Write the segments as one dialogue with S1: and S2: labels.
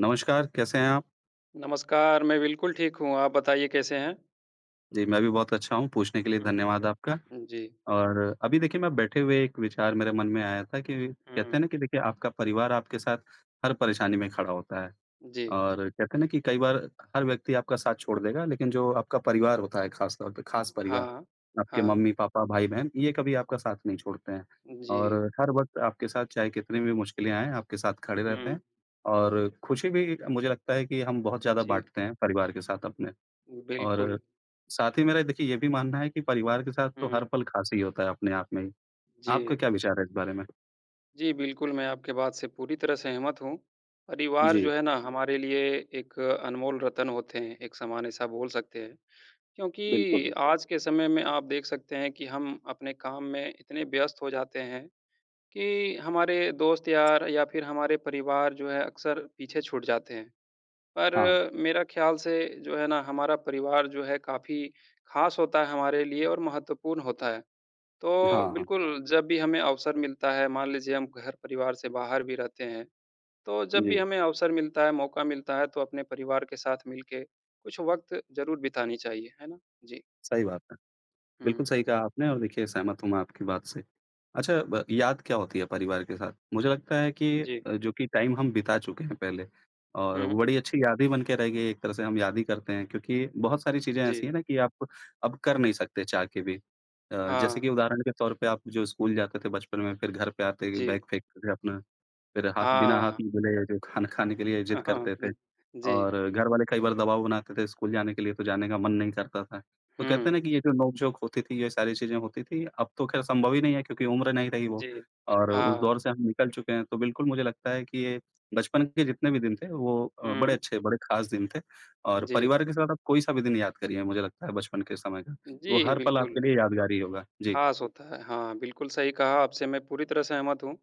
S1: नमस्कार, कैसे हैं आप?
S2: नमस्कार, मैं बिल्कुल ठीक हूँ, आप बताइए कैसे हैं?
S1: जी, मैं भी बहुत अच्छा हूँ, पूछने के लिए
S2: हुँ,
S1: धन्यवाद आपका।
S2: हुँ। जी,
S1: और अभी देखिए मैं बैठे हुए एक विचार मेरे मन में आया था कि कहते हैं
S2: हुँ,
S1: ना कि देखिए आपका परिवार आपके साथ हर परेशानी में खड़ा होता है।
S2: जी।
S1: और कहते हैं ना कि कई बार हर व्यक्ति आपका साथ छोड़ देगा, लेकिन जो आपका परिवार होता है खास तौर पे, खास परिवार,
S2: हाँ,
S1: आपके
S2: हाँ,
S1: मम्मी-पापा, भाई-बहन, ये कभी आपका साथ नहीं छोड़ते हैं
S2: जी,
S1: और हर वक़्त आपके साथ चाहे कितनी भी मुश्किलें आएँ, आपके साथ खड़े रहते
S2: हुँ,
S1: हैं। और खुशी भी मुझे लगता है कि हम बहुत ज़्यादा
S2: जी,
S1: बाँटते हैं परिवार के साथ अपने।
S2: बिल्कुल,
S1: और साथ ही मेरा देखिए ये भी मानना है कि परिवार के साथ तो हर
S2: हुँ,
S1: पल ख़ास ही होता है अपने आप में ही।
S2: जी।
S1: आपका क्या विचार है इस बारे में?
S2: जी, बिल्कुल, मैं आपके बात से पूरी तरह सहमत हूँ। परिवार
S1: जी,
S2: जो है ना, हमारे लिए एक अनमोल रतन होते हैं, एक सामान ऐसा बोल सकते हैं, क्योंकि
S1: बिल्कुल।
S2: आज के समय में आप देख सकते हैं कि हम अपने काम में इतने व्यस्त हो जाते हैं कि हमारे दोस्त यार या फिर हमारे परिवार जो है अक्सर पीछे छूट जाते हैं। पर
S1: हाँ,
S2: मेरा ख़्याल से जो है ना हमारा परिवार जो है काफ़ी ख़ास होता है हमारे लिए और महत्वपूर्ण होता है। तो
S1: हाँ, हाँ।
S2: बिल्कुल जब भी हमें अवसर मिलता है, मान लीजिए हम घर परिवार से बाहर भी रहते हैं, तो जब भी
S1: जी,
S2: हमें अवसर मिलता है, मौका मिलता है तो अपने परिवार के साथ मिल के कुछ वक़्त ज़रूर बितानी चाहिए, है ना? जी।
S1: सही बात है। बिल्कुल
S2: हुँ।
S1: सही कहा आपने और देखिए सहमत हूँ मैं आपकी बात से। अच्छा ब याद क्या होती है परिवार के साथ? मुझे लगता है कि
S2: जी।
S1: जो कि टाइम हम बिता चुके हैं पहले और वो
S2: हुँ।
S1: बड़ी अच्छी याद ही बन के रह गई एक तरह से हम याद ही करते हैं क्योंकि बहुत सारी चीज़ें
S2: जी।
S1: ऐसी हैं ना कि आप अब कर नहीं सकते चाह के भी। जैसे
S2: हाँ।
S1: कि उदाहरण के तौर पे आप जो स्कूल जाते थे बचपन में, फिर घर पे आते
S2: जी।
S1: बैग फेंकते थे अपना। फिर हाथ बिना हाथ
S2: हाँ।
S1: में मिले जो खाना खाने के लिए जिद
S2: हाँ
S1: करते थे
S2: जी।
S1: और घर वाले कई बार दबाव बनाते थे स्कूल जाने के लिए, तो जाने का मन नहीं करता था। तो कहते हैं
S2: हुँ,
S1: ना कि ये जो नोक-झोंक होती थी, ये सारी चीज़ें होती थी, अब तो ख़ैर संभव ही नहीं है क्योंकि उम्र नहीं रही वो
S2: जी।
S1: और उस
S2: हाँ,
S1: दौर से हम निकल चुके हैं। तो बिल्कुल मुझे लगता है कि ये बचपन के जितने भी दिन थे वो बड़े
S2: हुँ,
S1: अच्छे, बड़े ख़ास दिन थे और
S2: जी।
S1: परिवार के साथ आप कोई सा भी दिन याद करिए मुझे लगता है बचपन के समय का,
S2: जी,
S1: वो हर पल
S2: बिल्कुल,
S1: आपके लिए यादगार ही होगा। जी।
S2: ख़ास होता है। हाँ, बिल्कुल सही कहा आपसे मैं पूरी तरह सहमत हूँ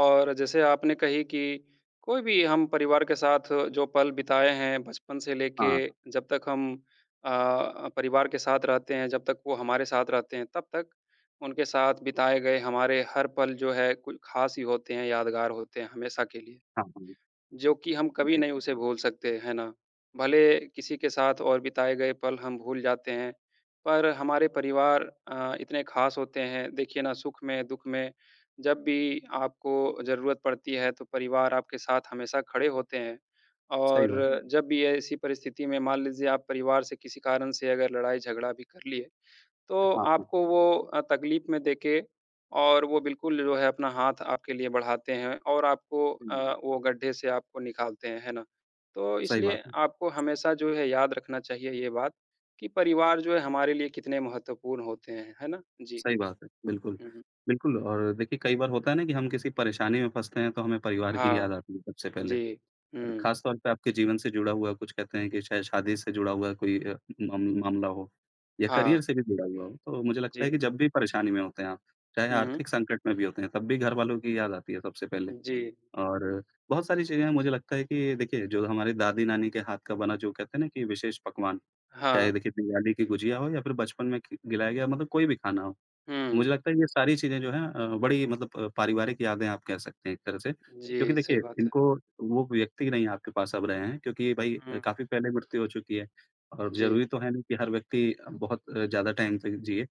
S2: और जैसे आपने कही कि कोई भी हम परिवार के साथ जो पल बिताए हैं बचपन से लेके
S1: हाँ,
S2: जब तक हम परिवार के साथ रहते हैं, जब तक वो हमारे साथ रहते हैं, तब तक उनके साथ बिताए गए हमारे हर पल जो है, कोई ख़ास ही होते हैं, यादगार होते हैं हमेशा के लिए।
S1: हाँ, हाँ।
S2: जो कि हम कभी
S1: जी,
S2: नहीं उसे भूल सकते, है ना? भले किसी के साथ और बिताए गए पल हम भूल जाते हैं, पर हमारे परिवार इतने ख़ास होते हैं। देखिए ना सुख में, दुःख में जब भी आपको ज़रूरत पड़ती है तो परिवार आपके साथ हमेशा खड़े होते हैं।
S1: सही
S2: और
S1: बात।
S2: हुँ। जब भी ऐसी परिस्थिति में मान लीजिए आप परिवार से किसी कारण से अगर लड़ाई-झगड़ा भी कर लिए तो
S1: हाँ, हाँ।
S2: आपको वो तकलीफ़ में देके और वो बिल्कुल जो है अपना हाथ आपके लिए बढ़ाते हैं और आपको
S1: हुँ,
S2: वो गड्ढे से आपको निकालते हैं, है ना? तो
S1: सही
S2: इसलिए
S1: बात है।
S2: आपको हमेशा जो है याद रखना चाहिए ये बात कि परिवार जो है हमारे लिए कितने महत्वपूर्ण होते हैं, है ना? जी।
S1: सही बात है, बिल्कुल।
S2: हुँ, हुँ।
S1: बिल्कुल और देखिए कई बार होता है ना कि हम किसी परेशानी में फँसते हैं तो हमें परिवार की ही
S2: हाँ,
S1: याद आती है सबसे पहले।
S2: जी।
S1: और
S2: हुँ।
S1: ख़ास तौर पे आपके जीवन से जुड़ा हुआ कुछ कहते हैं कि शायद शादी से जुड़ा हुआ कोई मामला हो या
S2: हाँ,
S1: करियर से भी जुड़ा हुआ हो, तो मुझे लगता
S2: जी।
S1: है कि जब भी परेशानी में होते हैं आप, चाहे
S2: हुँ,
S1: आर्थिक संकट में भी होते हैं, तब भी घरवालों की याद आती है सबसे पहले।
S2: जी।
S1: और बहुत सारी चीज़ें हैं मुझे लगता है कि देखिए जो हमारे दादी-नानी के हाथ का बना जो कहते हैं ना कि विशेष पकवान, चाहे
S2: हाँ।
S1: देखिए दिवाली की गुजिया हो या फिर बचपन में खि गिलाया गया मतलब कोई भी खाना हो।
S2: हुँ।
S1: मुझे लगता है ये सारी चीज़ें जो हैं बड़ी मतलब पारिवारिक यादें आप कह सकते हैं एक तरह से। क्योंकि
S2: जी,
S1: देखिए
S2: सही बात है।
S1: इनको वो व्यक्ति नहीं आपके पास अब रहे हैं क्योंकि भई
S2: हुँ,
S1: काफ़ी पहले मृत्यु हो चुकी है और
S2: जी।
S1: ज़रूरी तो है नहीं कि हर व्यक्ति बहुत ज़्यादा टाइम तक जिए।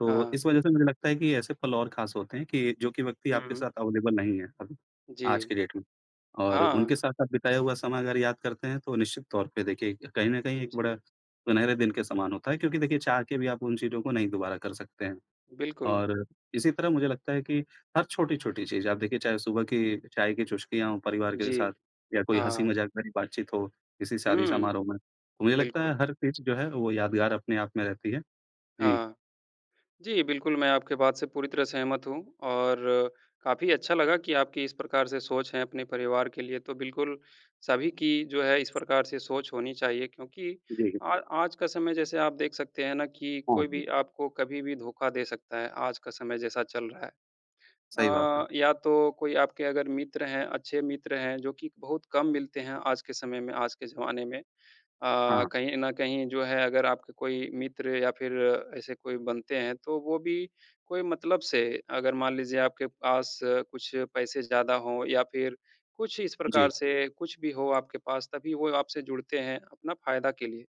S1: तो
S2: हाँ।
S1: इस वज़ह से मुझे लगता है कि ऐसे पल और ख़ास होते हैं कि जो कि व्यक्ति आपके
S2: हुँ,
S1: साथ अवेलेबल नहीं है अभी,
S2: जी।
S1: आज की डेट में। और उनके
S2: हाँ,
S1: साथ आप बिताया हुआ समय अगर याद करते हैं तो निश्चित तौर पे देखिए कहीं न कहीं एक बड़ा
S2: जी,
S1: सुनहरे दिन के समान होता है क्योंकि देखिए चाह के भी आप उन चीज़ों को नहीं दोबारा कर सकते हैं।
S2: बिल्कुल।
S1: और इसी तरह मुझे लगता है कि हर छोटी-छोटी चीज़ आप देखिए चाहे सुबह की चाय की चुस्कियाँ हों परिवार के
S2: जी,
S1: साथ या कोई
S2: हाँ।
S1: हँसी-मज़ाक भरी बातचीत हो किसी शादी
S2: हुँ,
S1: समारोह में। तो मुझे लगता है
S2: बिल्कुल।
S1: हर चीज़ जो है वो यादगार अपने आप में रहती है। जी।
S2: हाँ। जी, बिल्कुल, मैं आपके बात से पूरी तरह सहमत हूँ और काफ़ी अच्छा लगा कि आपकी इस प्रकार से सोच है अपने परिवार के लिए, तो बिल्कुल सभी की जो है इस प्रकार से सोच होनी चाहिए क्योंकि
S1: जी।
S2: आ आज का समय जैसे आप देख सकते हैं ना कि
S1: हाँ,
S2: कोई
S1: हाँ।
S2: भी आपको कभी भी धोखा दे सकता है, आज का समय जैसा चल रहा है।
S1: सही बात है।
S2: या तो कोई आपके अगर मित्र हैं, अच्छे मित्र हैं, जो कि बहुत कम मिलते हैं आज के समय में, आज के ज़माने में।
S1: हाँ।
S2: कहीं न कहीं जो है अगर आपके कोई मित्र या फिर ऐसे कोई बनते हैं तो वो भी कोई मतलब से अगर मान लीजिए आपके पास कुछ पैसे ज़्यादा हों या फिर कुछ इस प्रकार
S1: जी,
S2: से कुछ भी हो आपके पास तभी वो आपसे जुड़ते हैं अपना फ़ायदा के लिए।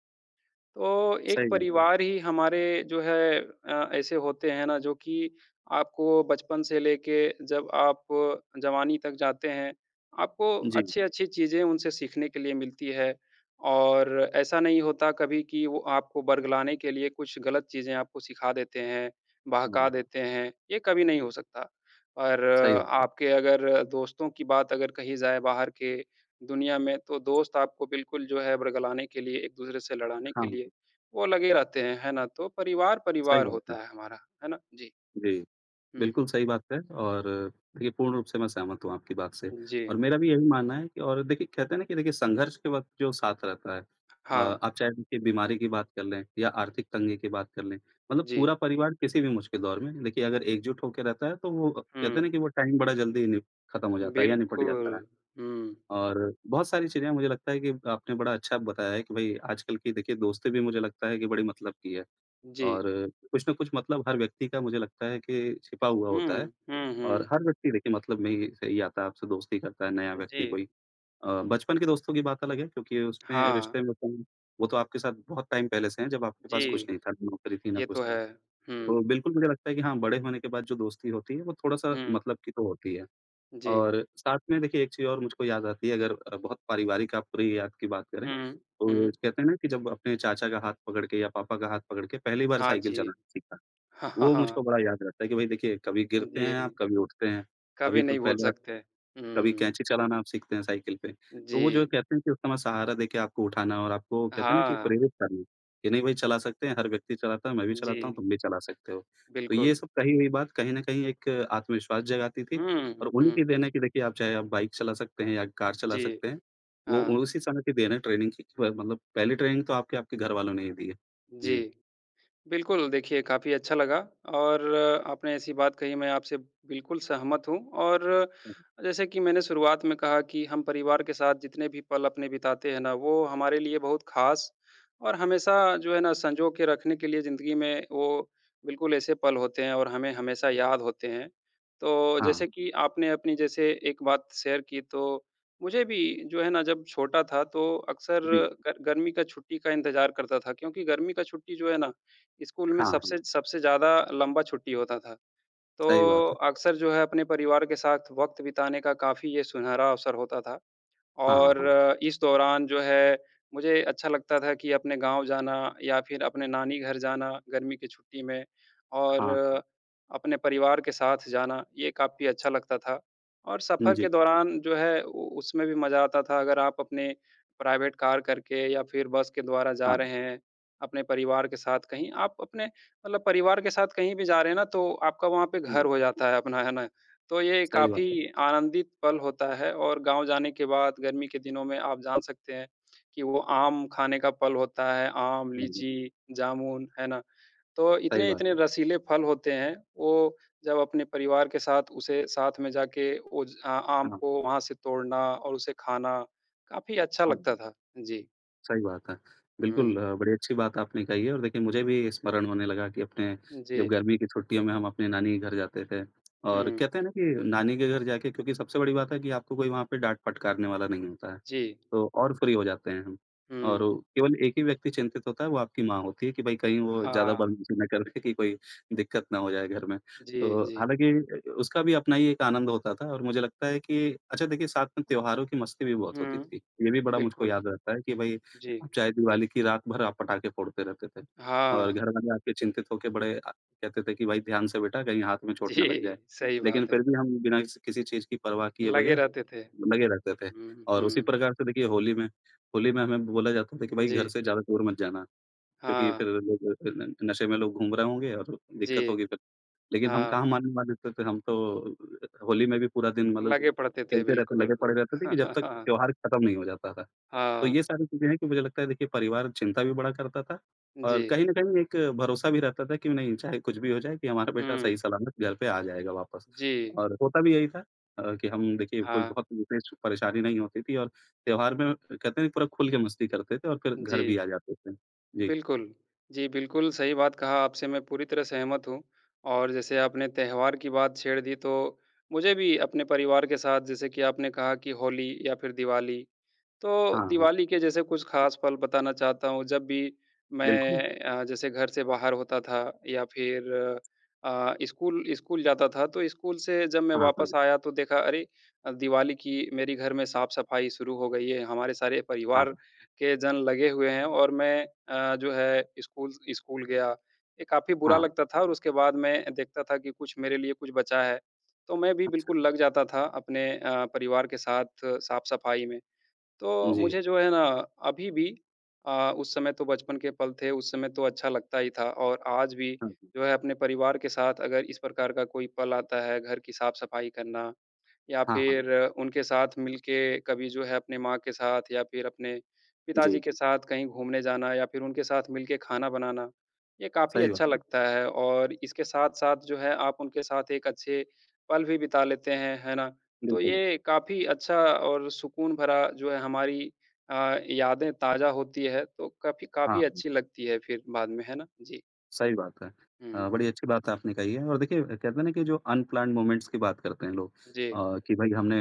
S2: तो एक
S1: सही बात है।
S2: परिवार ही हमारे जो है ऐसे होते हैं ना जो कि आपको बचपन से लेके जब आप जवानी तक जाते हैं, आपको
S1: जी।
S2: अच्छी-अच्छी चीज़ें उनसे सीखने के लिए मिलती है और ऐसा नहीं होता कभी कि वो आपको बरगलाने के लिए कुछ गलत चीज़ें आपको सिखा देते हैं,
S1: हाँ,
S2: बहका
S1: हाँ।
S2: देते हैं, ये कभी नहीं हो सकता। और
S1: सही बात है।
S2: आपके अगर दोस्तों की बात अगर कही जाए बाहर के दुनिया में, तो दोस्त आपको बिल्कुल जो है बरगलाने के लिए, एक-दूसरे से लड़ाने
S1: हाँ,
S2: के
S1: हाँ।
S2: लिए वो लगे रहते हैं, है ना? तो परिवार,
S1: सही
S2: परिवार
S1: बात है।
S2: होता है हमारा, है ना? जी।
S1: जी।
S2: हुँ।
S1: बिल्कुल सही बात है और देखिए पूर्ण रूप से मैं सहमत हूँ आपकी बात से
S2: जी।
S1: और मेरा भी यही मानना है कि और देखिए कहते हैं ना कि देखिए संघर्ष के वक़्त जो साथ रहता है
S2: हाँ।
S1: आप चाहे देखिए बीमारी की बात कर लें या आर्थिक तंगी की बात कर लें, मतलब
S2: जी।
S1: पूरा परिवार किसी भी मुश्किल दौर में देखिए अगर एकजुट होके रहता है तो वो कहते हैं
S2: हुँ।
S1: ना कि वो टाइम बड़ा जल्दी नि खत्म हो जाता है या निपट
S2: बिल्कुल।
S1: जाता है।
S2: हुँ।
S1: और बहुत सारी चीज़ें मुझे लगता है कि आपने बड़ा अच्छा बताया है कि भई आजकल की देखिए दोस्ती भी मुझे लगता है कि बड़ी मतलब की है
S2: जी।
S1: और कुछ न कुछ मतलब हर व्यक्ति का मुझे लगता है कि छिपा हुआ होता है।
S2: हुँ। हुँ, हुँ।
S1: और हर व्यक्ति देखिए मतलब में ही से ही आता है, आपसे दोस्ती करता है नया
S2: जी।
S1: व्यक्ति कोई। बचपन के दोस्तों की बात अलग है क्योंकि उसमें
S2: हाँ।
S1: रिश्ते में तुम वो तो आपके साथ बहुत टाइम पहले से हैं जब आपके
S2: जी।
S1: पास कुछ नहीं था, ना नौकरी थी, ना
S2: ये
S1: कुछ
S2: तो
S1: था।
S2: है। हुँ।
S1: तो बिल्कुल मुझे लगता है कि हाँ, बड़े होने के बाद जो दोस्ती होती है वो थोड़ा-सा
S2: हुँ।
S1: मतलब की तो होती है।
S2: जी।
S1: और साथ में देखिए एक चीज़ और मुझको याद आती है अगर बहुत पारिवारिक आप पूरी याद की बात करें,
S2: हुँ।
S1: तो
S2: हुँ।
S1: कहते हैं ना कि जब अपने चाचा का हाथ पकड़ के या पापा का हाथ पकड़ के पहली बार
S2: हाँ
S1: साइकिल
S2: जी।
S1: चलाना सीखा।
S2: हाँ, हाँ,
S1: वो मुझको
S2: हाँ।
S1: बड़ा याद रहता है कि भाई देखिए कभी गिरते हैं आप,
S2: जी।
S1: कभी उठते हैं, कभी
S2: कभी
S1: फिर
S2: नहीं भूल
S1: पहले आप
S2: सकते।
S1: कभी
S2: हुँ।
S1: कैंची चलाना आप सीखते हैं साइकिल पे। तो वो जो
S2: जी।
S1: कहते हैं कि उस समय सहारा देके आपको उठाना और आपको कहते हैं ना कि
S2: हाँ।
S1: प्रेरित करना, कि नहीं भाई चला सकते हैं, हर व्यक्ति चलाता है, मैं भी
S2: जी।
S1: चलाता हूँ, तुम भी चला सकते हो। तो ये
S2: बिल्कुल।
S1: सब कही हुई बात कहीं न कहीं एक आत्मविश्वास जगाती थी
S2: हुँ,
S1: और उन्हीं की
S2: हुँ।
S1: देन है कि देखिए आप चाहे आप बाइक चला सकते हैं या कार चला
S2: जी,
S1: सकते हैं, वो
S2: हाँ,
S1: उसी समय की देन है ट्रेनिंग की प मतलब पहली ट्रेनिंग तो आपके आपके घरवालों ने ही दी है।
S2: जी।
S1: जी।
S2: बिल्कुल, देखिए काफ़ी अच्छा लगा और आपने ऐसी बात कही मैं आपसे बिल्कुल सहमत हूँ और जैसे कि मैंने शुरुआत में कहा कि हम परिवार के साथ जितने भी पल अपने बिताते हैं ना, वो हमारे लिए बहुत ख़ास और हमेशा जो है ना संजो के रखने के लिए ज़िंदगी में वो बिल्कुल ऐसे पल होते हैं और हमें हमेशा याद होते हैं। तो
S1: हाँ,
S2: जैसे कि आपने अपनी जैसे एक बात शेयर की तो मुझे भी जो है ना जब छोटा था तो अक्सर
S1: जी।
S2: गर गर्मी का छुट्टी का इंतज़ार करता था क्योंकि गर्मी का छुट्टी जो है ना स्कूल में
S1: हाँ, हाँ,
S2: सबसे सबसे ज़्यादा लंबा छुट्टी होता था। तो
S1: सही बात है।
S2: अक्सर जो है अपने परिवार के साथ वक़्त बिताने का काफ़ी ये सुनहरा अवसर होता था।
S1: हाँ,
S2: और
S1: हाँ,
S2: इस दौरान जो है, मुझे अच्छा लगता था कि अपने गाँव जाना या फिर अपने नानी घर जाना गर्मी की छुट्टी में और
S1: हाँ, हाँ।
S2: अपने परिवार के साथ जाना, ये काफ़ी अच्छा लगता था। और सफ़र के
S1: जी,
S2: दौरान जो है उ उसमें भी मज़ा आता था अगर आप अपने प्राइवेट कार करके या फिर बस के द्वारा जा
S1: हाँ,
S2: रहे हैं, अपने परिवार के साथ कहीं आप अपने मतलब परिवार के साथ कहीं भी जा रहे हैं ना, तो आपका वहाँ पे घर
S1: जी,
S2: हो जाता है अपना, है ना? तो ये
S1: सही बात है।
S2: काफ़ी आनंदित पल होता है और गाँव जाने के बाद गर्मी के दिनों में आप जान सकते हैं कि वो आम खाने का पल होता है, आम,
S1: हाँ जी,
S2: लीची, जामुन, है ना? तो
S1: सही बात
S2: इतने-इतने
S1: है।
S2: रसीले फल होते हैं, वो जब अपने परिवार के साथ उसे साथ में जाके वो ज आ आम
S1: हाँ,
S2: को वहाँ से तोड़ना और उसे खाना, काफ़ी अच्छा
S1: हाँ
S2: लगता
S1: जी,
S2: था। जी।
S1: सही बात है।
S2: हुँ।
S1: बिल्कुल बड़ी अच्छी बात आपने कही है और देखिए मुझे भी स्मरण होने लगा कि अपने
S2: जी।
S1: जब गर्मी की छुट्टियों में हम अपने नानी के घर जाते थे और
S2: हुँ।
S1: कहते हैं ना कि नानी के घर जाके क्योंकि सबसे बड़ी बात है कि आपको कोई वहाँ पे डाँट फटकारने वाला नहीं होता है।
S2: जी।
S1: तो और फ्री हो जाते हैं हम।
S2: हुँ।
S1: और वो केवल एक ही व्यक्ति चिंतित होता है वो आपकी माँ होती है कि भई कहीं वो ज़्यादा
S2: हाँ।
S1: बदमाशी ना कर दे कि कोई दिक्कत ना हो जाए घर में।
S2: जी,
S1: तो
S2: जी।
S1: हालाँकि उसका भी अपना ही एक आनंद होता था और मुझे लगता है कि अच्छा देखिए साथ में त्योहारों की मस्ती भी बहुत होती
S2: हुँ।
S1: थी। ये भी बड़ा मुझको
S2: बिल्कुल।
S1: याद रहता है कि भई
S2: जी।
S1: आप चाहे दिवाली की रात भर आप पटाखे फोड़ते रहते थे। और
S2: हाँ।
S1: घरवाले आपके चिंतित होके बड़े कहते थे कि भाई ध्यान से बेटा कहीं हाथ में चोट
S2: जी,
S1: ना लग जाए।
S2: सही
S1: लेकिन
S2: बात है।
S1: फिर भी हम बिना किसी किसी चीज़ की परवाह किए
S2: लगे
S1: बगैर
S2: रहते थे।
S1: लगे रहते थे
S2: हुँ,
S1: और उसी
S2: हुँ।
S1: प्रकार से देखिए होली में हमें बोला जाता था कि भाई घर
S2: जी,
S1: से ज़्यादा दूर मत जाना क्योंकि
S2: हाँ।
S1: फिर लोग न नशे में लोग घूम रहे होंगे और दिक्कत
S2: जी,
S1: होगी फिर। लेकिन हम
S2: हाँ।
S1: कहाँ मानने वाले थे तो हम तो होली में भी पूरा दिन मतलब
S2: लगे पड़ते थे
S1: खेलते रहते, लगे
S2: बिल्कुल।
S1: पड़े रहते थे कि जब तक
S2: हाँ,
S1: त्योहार खत्म नहीं हो जाता था। तो ये
S2: हाँ
S1: सारी चीज़ें हैं कि मुझे लगता है देखिए परिवार चिंता भी बड़ा करता था और
S2: जी।
S1: कहीं न कहीं एक भरोसा भी रहता था कि नहीं चाहे कुछ भी हो जाए कि हमारा बेटा
S2: हुँ,
S1: सही सलामत घर पे आ जाएगा वापस।
S2: जी,
S1: और होता भी यही था कि हम देखिए कोई
S2: हाँ,
S1: बहुत विशेष परेशानी नहीं होती थी और त्योहार में कहते हैं पूरा खुल के मस्ती करते थे और फिर
S2: जी।
S1: घर भी आ जाते थे। जी।
S2: बिल्कुल। जी, बिल्कुल सही बात कहा आपसे मैं पूरी तरह सहमत हूँ और जैसे आपने त्योहार की बात छेड़ दी तो मुझे भी अपने परिवार के साथ जैसे कि आपने कहा कि होली या फिर दिवाली तो
S1: हाँ, हाँ।
S2: दिवाली के जैसे कुछ ख़ास पल बताना चाहता हूँ, जब भी
S1: बिल्कुल।
S2: मैं जैसे घर से बाहर होता था या फिर स्कूल स्कूल जाता था, तो स्कूल से जब मैं
S1: हाँ,
S2: वापस
S1: हाँ।
S2: आया तो देखा अरे! दिवाली की मेरी घर में साफ-सफाई शुरू हो गई है, हमारे सारे
S1: हाँ,
S2: परिवार के जन लगे हुए हैं और मैं जो है स्कूल स्कूल गया। ये काफ़ी बुरा
S1: हाँ।
S2: लगता था और उसके बाद मैं देखता था कि कुछ मेरे लिए कुछ बचा है, तो मैं भी
S1: अच्छा।
S2: बिल्कुल लग जाता था अपने परिवार के साथ साफ-सफाई में। तो
S1: जी।
S2: मुझे जो है ना अभी भी उस समय तो बचपन के पल थे, उस समय तो अच्छा लगता ही था और आज भी
S1: हाँ, हाँ।
S2: जो है अपने परिवार के साथ अगर इस प्रकार का कोई पल आता है, घर की साफ-सफाई करना या
S1: हाँ, हाँ।
S2: फिर उनके साथ मिलके कभी जो है अपने माँ के साथ या फिर अपने पिताजी
S1: जी।
S2: के साथ कहीं घूमने जाना या फिर उनके साथ मिलके खाना बनाना, ये काफ़ी
S1: सही
S2: अच्छा
S1: बात है।
S2: लगता है और इसके साथ-साथ जो है आप उनके साथ एक अच्छे पल भी बिता लेते हैं, है ना? तो
S1: बिल्कुल।
S2: ये काफ़ी अच्छा और सुकून भरा जो है हमारी यादें ताज़ा होती है, तो काफ़ी
S1: हाँ।
S2: काफ़ी
S1: हाँ।
S2: अच्छी लगती है फिर बाद में, है ना? जी।
S1: सही बात है।
S2: हुँ,
S1: बड़ी अच्छी बात आपने कही है और देखिए कहते हैं ना कि जो अनप्लान्ड मोमेंट्स की बात करते हैं लोग
S2: जी।
S1: कि भई हमने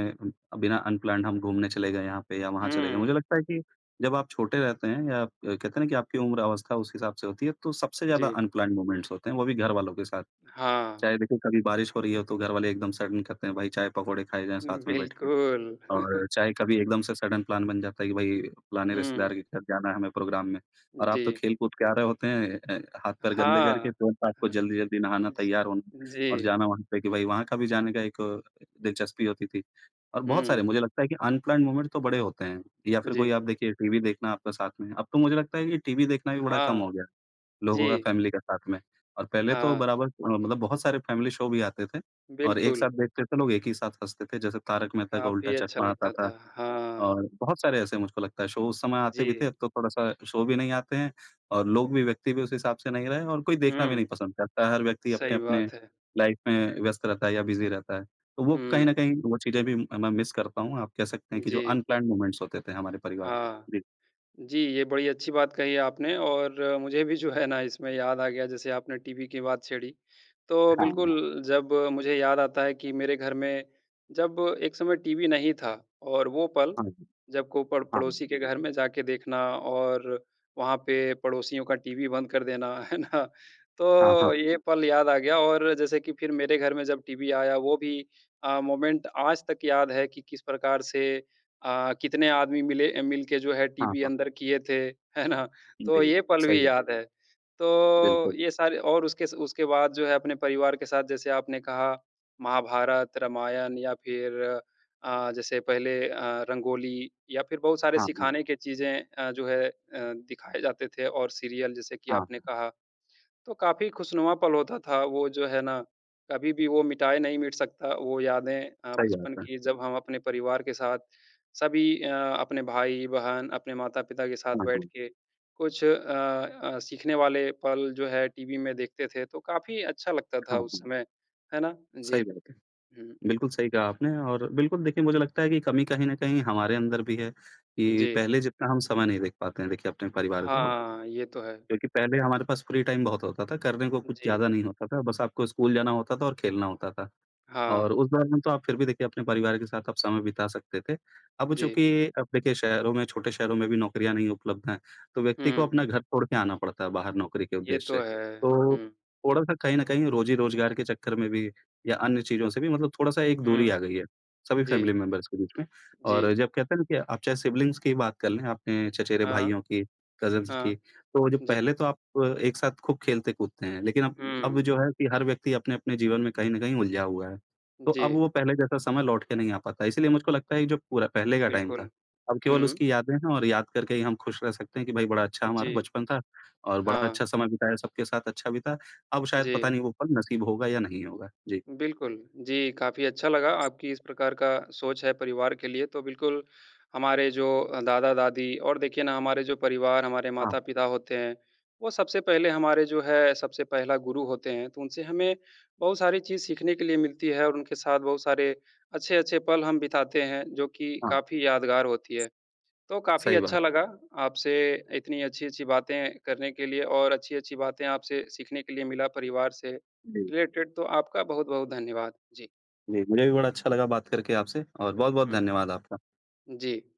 S1: बिना अनप्लान्ड हम घूमने चले गए यहाँ पे या वहाँ चले गए। मुझे
S2: हुँ,
S1: लगता है कि जब आप छोटे रहते हैं या कहते हैं ना कि आपकी उम्र अवस्था उस हिसाब से होती है तो सबसे ज़्यादा
S2: जी।
S1: अनप्लान्ड मोमेंट्स होते हैं, वो भी घरवालों के साथ।
S2: हाँ,
S1: चाहे देखिए कभी बारिश हो रही हो तो घरवाले एकदम सडन कहते हैं, "भाई चाय पकौड़े खाए जाएँ साथ में बैठ के।"
S2: बिल्कुल।
S1: और चाहे कभी एकदम से सडन प्लान बन जाता है कि भाई फलाने
S2: हुँ।
S1: रिश्तेदार के घर जाना है हमें प्रोग्राम में। और आप
S2: जी।
S1: तो खेल-कूद के आ रहे होते हैं हाथ पैर गंदे करके
S2: हाँ।
S1: तुरंत आपको
S2: हाँ।
S1: जल्दी-जल्दी नहाना,
S2: जी।
S1: तैयार होना
S2: जी।
S1: और जाना वहाँ पे कि भाई वहाँ का भी जाने का एक दिलचस्पी होती थी। और बहुत सारे
S2: हुँ,
S1: मुझे लगता है कि अनप्लान्ड मोमेंट तो बड़े होते हैं या फिर
S2: जी।
S1: कोई आप देखिए टीवी देखना आपका साथ में, अब तो मुझे लगता है कि टीवी देखना भी बड़ा कम
S2: हाँ,
S1: हो गया है। लोगों का
S2: जी।
S1: फैमिली का साथ में। और पहले तो
S2: हाँ,
S1: बराबर मतलब बहुत सारे फैमिली शो भी आते थे और एक
S2: बिल्कुल।
S1: साथ देखते थे लोग, एक ही साथ हँसते थे। जैसे तारक मेहता का उल्टा
S2: काफ़ी अच्छा
S1: चश्मा आता
S2: लगता
S1: था
S2: था। हाँ,
S1: और बहुत सारे ऐसे मुझको लगता है शो उस समय आते
S2: जी।
S1: भी थे, अब तो थोड़ा-सा शो भी नहीं आते हैं। और लोग भी, व्यक्ति भी उस हिसाब से नहीं रहे और कोई देखना भी
S2: हुँ,
S1: नहीं पसंद करता है। हर व्यक्ति
S2: सही
S1: अपने-अपने
S2: बात है।
S1: लाइफ़ में व्यस्त रहता है या बिज़ी रहता है। तो वो कहीं न
S2: हुँ,
S1: कहीं वो चीज़ें भी मैं मिस करता हूँ। आप कह सकते हैं कि
S2: जी।
S1: जो अनप्लान्ड मोमेंट्स होते थे हमारे परिवार के।
S2: हाँ।
S1: जी।
S2: जी, ये बड़ी अच्छी बात कही आपने और मुझे भी जो है ना इसमें याद आ गया जैसे आपने टीवी की बात छेड़ी। तो
S1: हाँ, हाँ।
S2: बिल्कुल जब मुझे याद आता है कि मेरे घर में जब एक समय टीवी नहीं था और वो पल
S1: हाँ, हाँ।
S2: जब को पड़ पड़ोसी के घर में जाके देखना और वहाँ पे पड़ोसियों का टीवी बंद कर देना, है ना?
S1: हाँ, हाँ।
S2: तो ये पल याद आ गया और जैसे कि फिर मेरे घर में जब टीवी आया वो भी मोमेंट आज तक याद है कि किस प्रकार से कितने आदमी मिले मिलके जो है
S1: हाँ,
S2: टीवी
S1: हाँ।
S2: अंदर किए थे, है ना? तो
S1: जी,
S2: ये पल
S1: सही
S2: भी
S1: बात।
S2: याद है। तो
S1: बिल्कुल।
S2: ये सारे और उसके बाद जो है अपने परिवार के साथ जैसे आपने कहा महाभारत, रामायण या फिर जैसे पहले रंगोली या फिर बहुत सारे
S1: हाँ, हाँ।
S2: सिखाने के चीज़ें जो है दिखाए जाते थे और सीरियल जैसे कि
S1: हाँ,
S2: आपने कहा तो काफ़ी खुशनुमा पल होता था वो जो है ना, कभी भी वो मिटाए नहीं मिट सकता वो यादें
S1: सही
S2: बचपन
S1: बात है।
S2: की जब हम अपने परिवार के साथ सभी अपने भाई-बहन, अपने माता-पिता के साथ
S1: हाँ,
S2: बैठ
S1: हाँ।
S2: के कुछ सीखने वाले पल जो है टीवी में देखते थे, तो काफ़ी अच्छा लगता था
S1: हाँ,
S2: उस
S1: हाँ।
S2: समय, है ना?
S1: सही
S2: जी।
S1: बात है।
S2: हुँ,
S1: बिल्कुल सही कहा आपने। और बिल्कुल देखिए मुझे लगता है कि कमी कहीं न कहीं हमारे अंदर भी है कि
S2: जी।
S1: पहले जितना हम समय नहीं दे पाते हैं देखिए अपने परिवार को अब।
S2: हाँ, ये तो है।
S1: क्योंकि पहले हमारे पास फ्री टाइम बहुत होता था, करने को कुछ
S2: जी।
S1: ज़्यादा नहीं होता था, बस आपको स्कूल जाना होता था और खेलना होता था।
S2: हाँ,
S1: और उस दौरान तो आप फिर भी देखिए अपने परिवार के साथ आप समय बिता सकते थे। अब
S2: जी।
S1: चूँकि अब देखिए शहरों में छोटे शहरों में भी नौकरियाँ नहीं उपलब्ध हैं, तो व्यक्ति को
S2: हुँ,
S1: अपना घर छोड़ के आना पड़ता है बाहर नौकरी के
S2: ये तो
S1: उद्देश्य से।
S2: है।
S1: तो
S2: हुँ,
S1: थोड़ा-सा कहीं न कहीं रोज़ी-रोज़गार के चक्कर में भी या अन्य चीज़ों से भी मतलब थोड़ा-सा एक दूरी
S2: हुँ।
S1: आ गई है, सभी
S2: जी,
S1: फैमिली मेंबर्स के बीच में।
S2: जी।
S1: और जब कहते हैं ना कि आप चाहे सिबलिंग्स की बात कर लें, अपने चचेरे
S2: हाँ,
S1: भाइयों की, कज़िन्स
S2: हाँ,
S1: की, तो जो
S2: जी।
S1: पहले तो आप एक साथ खूब खेलते-कूदते हैं, लेकिन अब
S2: हुँ।
S1: जो है कि हर व्यक्ति अपने-अपने जीवन में कहीं न कहीं उलझा हुआ है। तो
S2: जी,
S1: अब वो पहले जैसा समय लौट के नहीं आ पाता, इसीलिए मुझको लगता है ये जो पूरा पहले का टाइम था,
S2: बिल्कुल।
S1: अब केवल
S2: हुँ,
S1: उसकी यादें हैं और याद करके ही हम खुश रह सकते हैं कि भई बड़ा अच्छा हमारा
S2: जी,
S1: बचपन था और बड़ा
S2: हाँ,
S1: अच्छा समय बिताया, सबके साथ अच्छा बीता। अब शायद पता
S2: जी,
S1: नहीं वो पल नसीब होगा या नहीं होगा। जी,
S2: बिल्कुल। जी, काफ़ी अच्छा लगा आपकी इस प्रकार का सोच है परिवार के लिए, तो बिल्कुल हमारे जो दादा-दादी और देखिए ना हमारे जो परिवार, हमारे
S1: हाँ,
S2: माता-पिता होते हैं, वो सबसे पहले हमारे जो है सबसे पहला गुरु होते हैं, तो उनसे हमें बहुत सारी चीज़ सीखने के लिए मिलती है और उनके साथ बहुत सारे अच्छे-अच्छे पल हम बिताते हैं, जो कि
S1: हाँ,
S2: काफ़ी यादगार होती है। तो काफ़ी
S1: सही
S2: अच्छा
S1: बात।
S2: लगा आपसे इतनी अच्छी-अच्छी बातें करने के लिए और अच्छी-अच्छी बातें आपसे सीखने के लिए मिला परिवार से
S1: जी,
S2: रिलेटेड, तो आपका बहुत-बहुत धन्यवाद। जी।
S1: जी, मुझे भी बड़ा अच्छा लगा बात करके आपसे और बहुत-बहुत
S2: हुँ।
S1: धन्यवाद आपका।
S2: जी।